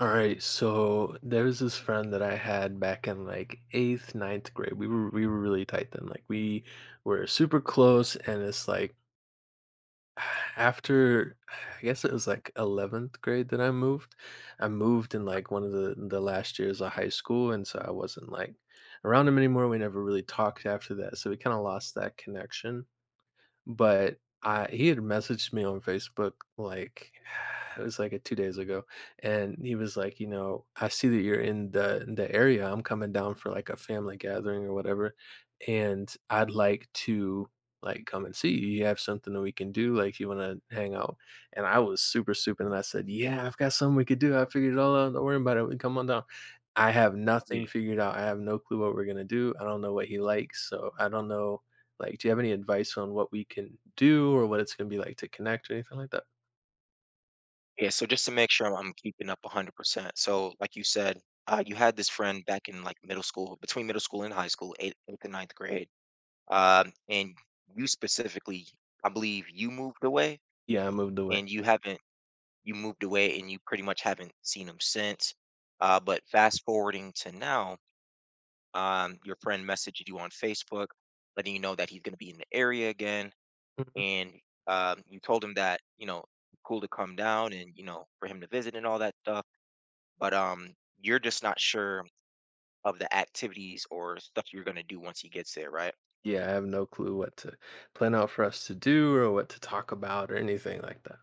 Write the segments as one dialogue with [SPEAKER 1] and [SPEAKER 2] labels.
[SPEAKER 1] All right, so there was this friend that I had back in like eighth, ninth grade. We were really tight then. Like we were super close, and it's like after I guess it was like 11th grade that I moved. I moved in like one of the last years of high school, and so I wasn't like around him anymore. We never really talked after that, so we kind of lost that connection. But I he had messaged me on Facebook, like, it was, like, 2 days ago, and he was like, "I see that you're in the area, I'm coming down for, like, a family gathering or whatever, and I'd like to, like, come and see you. You have something that we can do, like, you wanna hang out?" And I was super stupid, and I said, "Yeah, I've got something we could do, I figured it all out, don't worry about it, we come on down." I have nothing
[SPEAKER 2] Yeah.
[SPEAKER 1] figured out, I have no clue what we're gonna do, I don't know what he likes, so I don't know like, do you have any advice on what we can do or what it's gonna be like to connect or anything like that?
[SPEAKER 2] Yeah, so just to make sure I'm keeping up 100%. So like you said, you had this friend back in like middle school, between middle school and high school, eighth and ninth grade. And you specifically, I believe you moved away
[SPEAKER 1] Yeah, I moved away.
[SPEAKER 2] and you haven't, you moved away and you pretty much haven't seen him since. But fast forwarding to now, your friend messaged you on Facebook, letting you know that he's going to be in the area again.
[SPEAKER 1] Mhm.
[SPEAKER 2] And you told him that, cool to come down and, for him to visit and all that stuff, but you're just not sure of the activities or stuff you're going to do once he gets there, right?
[SPEAKER 1] Yeah, I have no clue what to plan out for us to do or what to talk about or anything like that.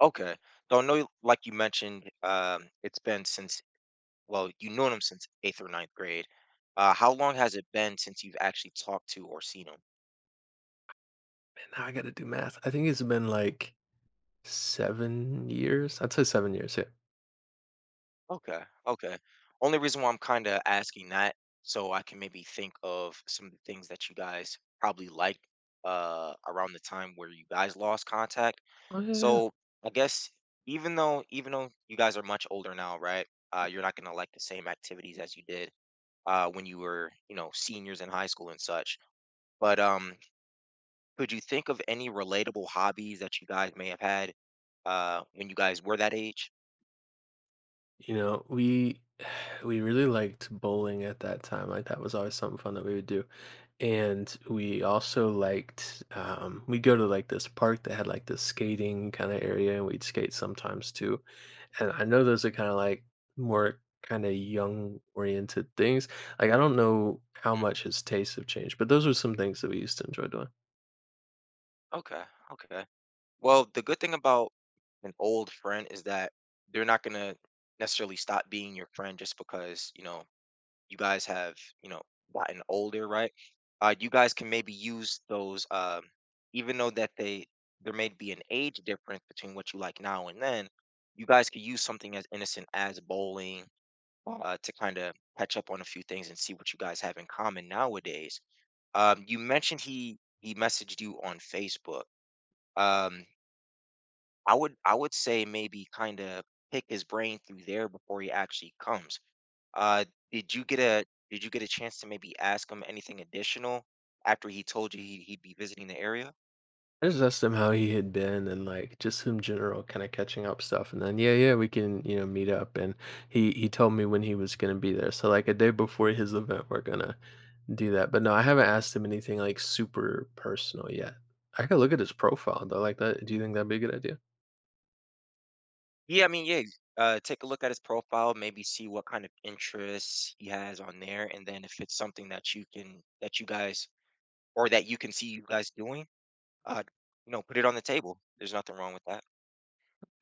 [SPEAKER 2] Okay, so I know, like you mentioned, it's been since well, you known him since eighth or ninth grade. How long has it been since you've actually talked to or seen him?
[SPEAKER 1] Man, now I gotta do math. I think it's been like 7 years. I'd say 7 years, yeah.
[SPEAKER 2] Okay. Okay. Only reason why I'm kind of asking that, so I can maybe think of some of the things that you guys probably liked around the time where you guys lost contact.
[SPEAKER 1] Oh, yeah, yeah.
[SPEAKER 2] So I guess, even though you guys are much older now, right? You're not gonna like the same activities as you did when you were, seniors in high school and such. But could you think of any relatable hobbies that you guys may have had when you guys were that age?
[SPEAKER 1] You know, we really liked bowling at that time. Like that was always something fun that we would do. And we also liked we go to like this park that had like this skating kind of area and we'd skate sometimes too. And I know those are kind of like more kind of young oriented things. Like I don't know how much his tastes have changed, but those were some things that we used to enjoy doing.
[SPEAKER 2] Okay. Okay. Well, the good thing about an old friend is that they're not gonna necessarily stop being your friend just because, you guys have, you know, gotten older, right? You guys can maybe use those, even though that they there may be an age difference between what you like now and then, you guys could use something as innocent as bowling to kind of catch up on a few things and see what you guys have in common nowadays. You mentioned he messaged you on Facebook. Um, I would say maybe kind of pick his brain through there before he actually comes. Uh, did you get a chance to maybe ask him anything additional after he told you he'd be visiting the area?
[SPEAKER 1] I just asked him how he had been and like just in general, kind of catching up stuff. And then yeah, yeah, we can meet up. And he told me when he was gonna be there. So like a day before his event, we're gonna do that. But no, I haven't asked him anything like super personal yet. I could look at his profile though. Like that, do you think that'd be a good idea?
[SPEAKER 2] Yeah, I mean, yeah. Take a look at his profile, maybe see what kind of interests he has on there, and then if it's something that you can see you guys doing, uh, put it on the table. There's nothing wrong with that.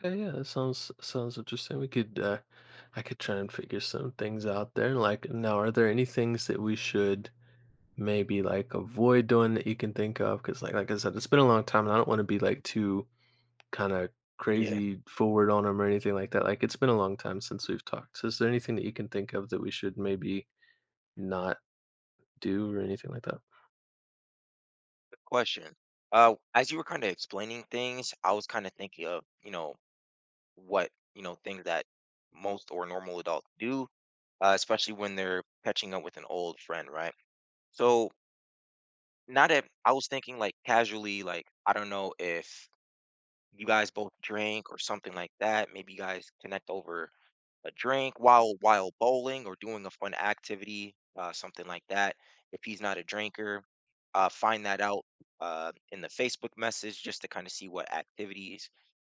[SPEAKER 1] Yeah, yeah, that sounds interesting. We could I could try and figure some things out there. Like now, are there any things that we should maybe like avoid doing that you can think of because like I said, it's been a long time, and I don't wanna be like too kinda
[SPEAKER 2] Yeah, good
[SPEAKER 1] crazy forward on 'em or anything like that. Like, it's been a long time since we've talked. So is there anything that you can think of that we should maybe not do or anything like that?
[SPEAKER 2] question. As you were kind of explaining things, I was kind of thinking of, what, things that most or normal adults do, especially when they're catching up with an old friend, right? So now that I was thinking like casually, like, I don't know if you guys both drink or something like that. Maybe you guys connect over a drink while bowling or doing a fun activity, something like that. If he's not a drinker, find that out in the Facebook message just to kind of see what activities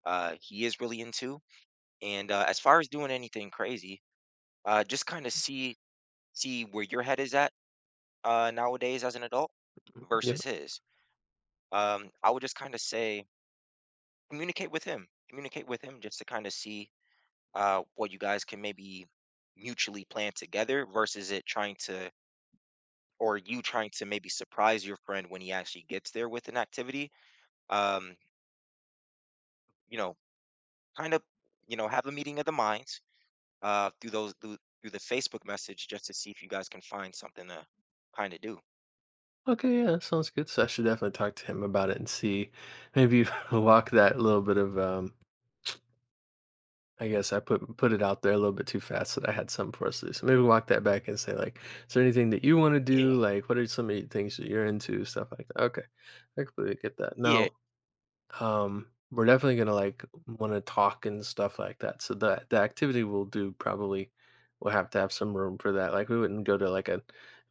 [SPEAKER 2] he is really into. And as far as doing anything crazy, just kind of see where your head is at nowadays as an adult
[SPEAKER 1] Yeah.
[SPEAKER 2] versus his. I would just kind of say communicate with him just to kind of see what you guys can maybe mutually plan together versus it trying to or you trying to maybe surprise your friend when he actually gets there with an activity. Um, you know, Kind of have a meeting of the minds through those through through the Facebook message just to see if you guys can find something to kind of do.
[SPEAKER 1] Okay, yeah, that sounds good. So I should definitely talk to him about it and see maybe walk that little bit of, I guess I put it out there a little bit too fast that I had something for us to do. So maybe walk that back and say like, is there anything that you want to do?
[SPEAKER 2] Yeah,
[SPEAKER 1] Like, what are some of the things that you're into? Stuff like that. Okay, I completely get that.
[SPEAKER 2] yeah,
[SPEAKER 1] Now, we're definitely gonna like want to talk and stuff like that. So the activity we'll do probably will have to have some room for that. Like we wouldn't go to like a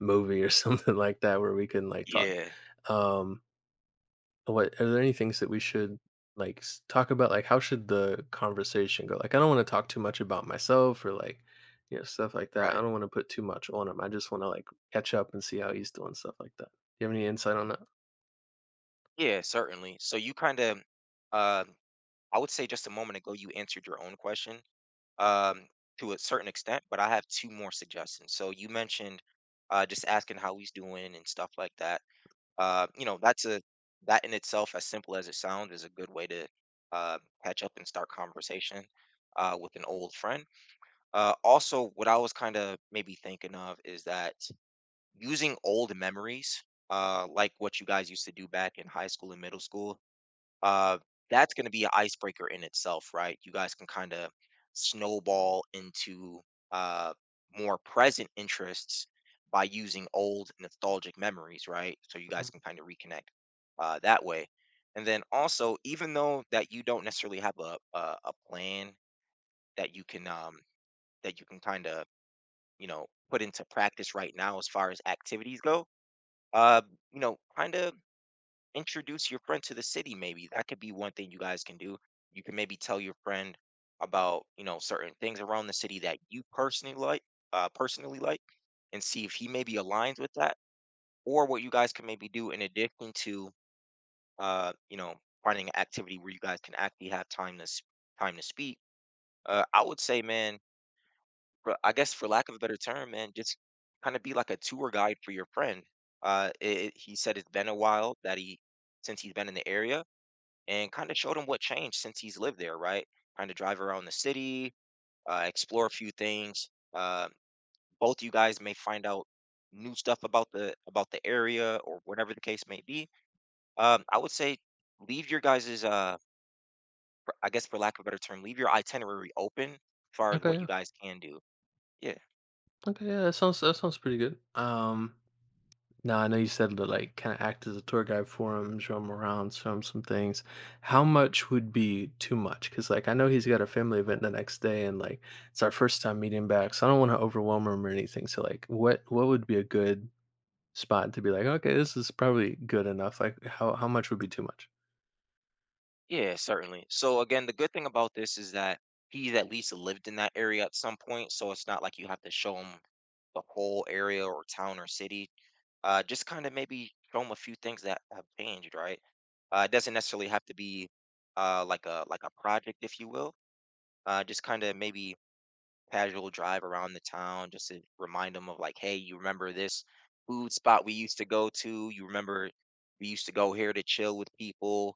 [SPEAKER 1] movie or something like that where we can like talk.
[SPEAKER 2] yeah,
[SPEAKER 1] Um, what are there any things that we should like talk about? Like, how should the conversation go? Like, I don't want to talk too much about myself or like, stuff like that.
[SPEAKER 2] right.
[SPEAKER 1] I don't want to put too much on him. I just want to like catch up and see how he's doing, stuff like that. Do you have any insight on that?
[SPEAKER 2] Yeah, certainly. So um, I would say just a moment ago you answered your own question, um, to a certain extent, but I have two more suggestions. So you mentioned just asking how he's doing and stuff like that. Uh, you know, that's a that in itself, as simple as it sounds, is a good way to uh, catch up and start conversation with an old friend. Also, what I was kind of maybe thinking of is that using old memories, like what you guys used to do back in high school and middle school, uh, that's going to be an icebreaker in itself, right? You guys can kind of snowball into uh, more present interests by using old nostalgic memories, right? So you guys
[SPEAKER 1] Mm.
[SPEAKER 2] can kind of reconnect that way. And then also, even though that you don't necessarily have a plan that you can um, that you can kind of put into practice right now as far as activities go. Uh, Kind of introduce your friend to the city, maybe. That could be one thing you guys can do. You can maybe tell your friend about, certain things around the city that you personally like, uh, personally like, and see if he maybe aligns with that, or what you guys can maybe do in addition to, uh, you know, finding an activity where you guys can actually have time to time to speak. I would say, man, for I guess for lack of a better term, man, just kind of be like a tour guide for your friend. He said it's been a while that he since he's been in the area, and kind of showed him what changed since he's lived there, right? Kind of drive around the city, explore a few things. Uh, Both you guys may find out new stuff about the area or whatever the case may be. I would say leave your guys's for- I guess for lack of a better term, leave your itinerary open as far as
[SPEAKER 1] Okay,
[SPEAKER 2] what you
[SPEAKER 1] yeah,
[SPEAKER 2] guys can do. Yeah.
[SPEAKER 1] okay, yeah. That sounds pretty good. Now, I know you said to like kind of act as a tour guide for him, show him around, show him some things. How much would be too much? Because like I know he's got a family event the next day, and like it's our first time meeting back, so I don't want to overwhelm him or anything. So like, what would be a good spot to be like, okay, this is probably good enough. Like, how much would be too much?
[SPEAKER 2] Yeah, certainly. So again, the good thing about this is that he's at least lived in that area at some point, so it's not like you have to show him the whole area or town or city. Just kind of maybe show him a few things that have changed, right? It doesn't necessarily have to be like a project, if you will. Just kind of maybe casual drive around the town, just to remind him of like, hey, you remember this food spot we used to go to? You remember we used to go here to chill with people?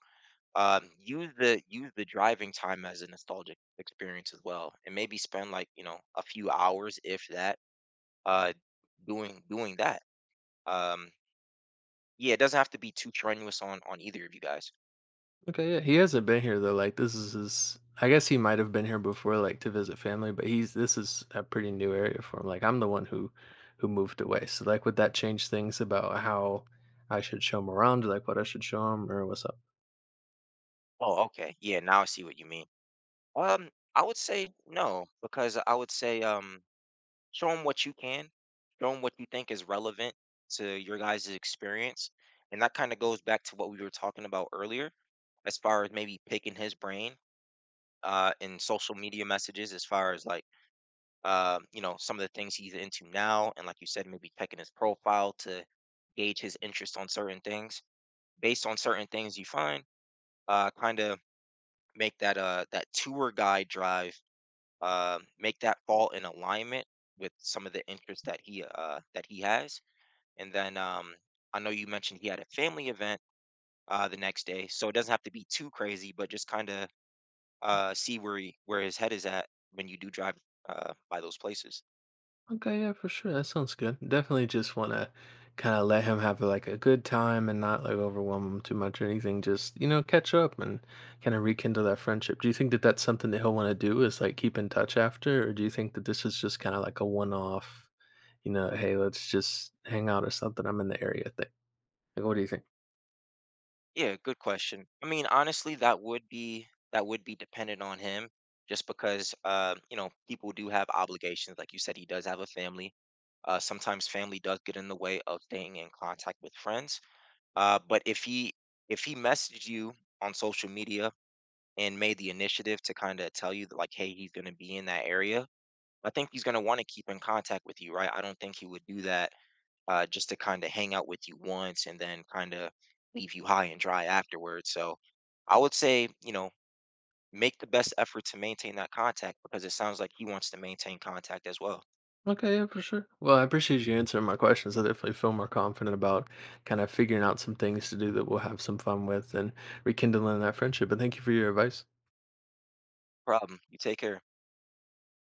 [SPEAKER 2] Use the driving time as a nostalgic experience as well, and maybe spend like a few hours, if that, uh, doing that. Um, yeah, it doesn't have to be too strenuous on either of you guys.
[SPEAKER 1] Okay, yeah, he hasn't been here though. Like this is his. I guess he might have been here before, like to visit family, but he's this is a pretty new area for him. Like I'm the one who moved away, so like would that change things about how I should show him around, like what I should show him, or what's up?
[SPEAKER 2] Oh, okay, yeah, now I see what you mean. Um, I would say no, because I would say, show them what you can, show them what you think is relevant to your guys' experience, and that kind of goes back to what we were talking about earlier as far as maybe picking his brain in social media messages as far as like, some of the things he's into now, and like you said, maybe checking his profile to gauge his interest on certain things. Based on certain things you find, kind of make that, that tour guide drive, make that fall in alignment with some of the interests that he has. And then, I know you mentioned he had a family event the next day, so it doesn't have to be too crazy, but just kind of see where his head is at when you do drive by those places.
[SPEAKER 1] Okay, yeah, for sure, that sounds good. Definitely just want to kind of let him have like a good time and not like overwhelm him too much or anything. Just catch up and kind of rekindle that friendship. Do you think that that's something that he'll want to do? Is like keep in touch after, or do you think that this is just kind of like a one off? "Hey, let's just hang out or something. I'm in the area." Thing. Like, what do you think?
[SPEAKER 2] Yeah, good question. I mean, honestly, that would be dependent on him, just because people do have obligations. Like you said, he does have a family. Sometimes family does get in the way of staying in contact with friends. But if he messaged you on social media and made the initiative to kind of tell you that, like, hey, he's going to be in that area, I think he's going to want to keep in contact with you, right? I don't think he would do that, just to kind of hang out with you once and then kind of leave you high and dry afterwards. So I would say, make the best effort to maintain that contact because it sounds like he wants to maintain contact as well.
[SPEAKER 1] Okay, yeah, for sure. Well, I appreciate you answering my questions. I definitely feel more confident about kind of figuring out some things to do that we'll have some fun with and rekindling that friendship. And thank you for your advice.
[SPEAKER 2] Problem. You take care.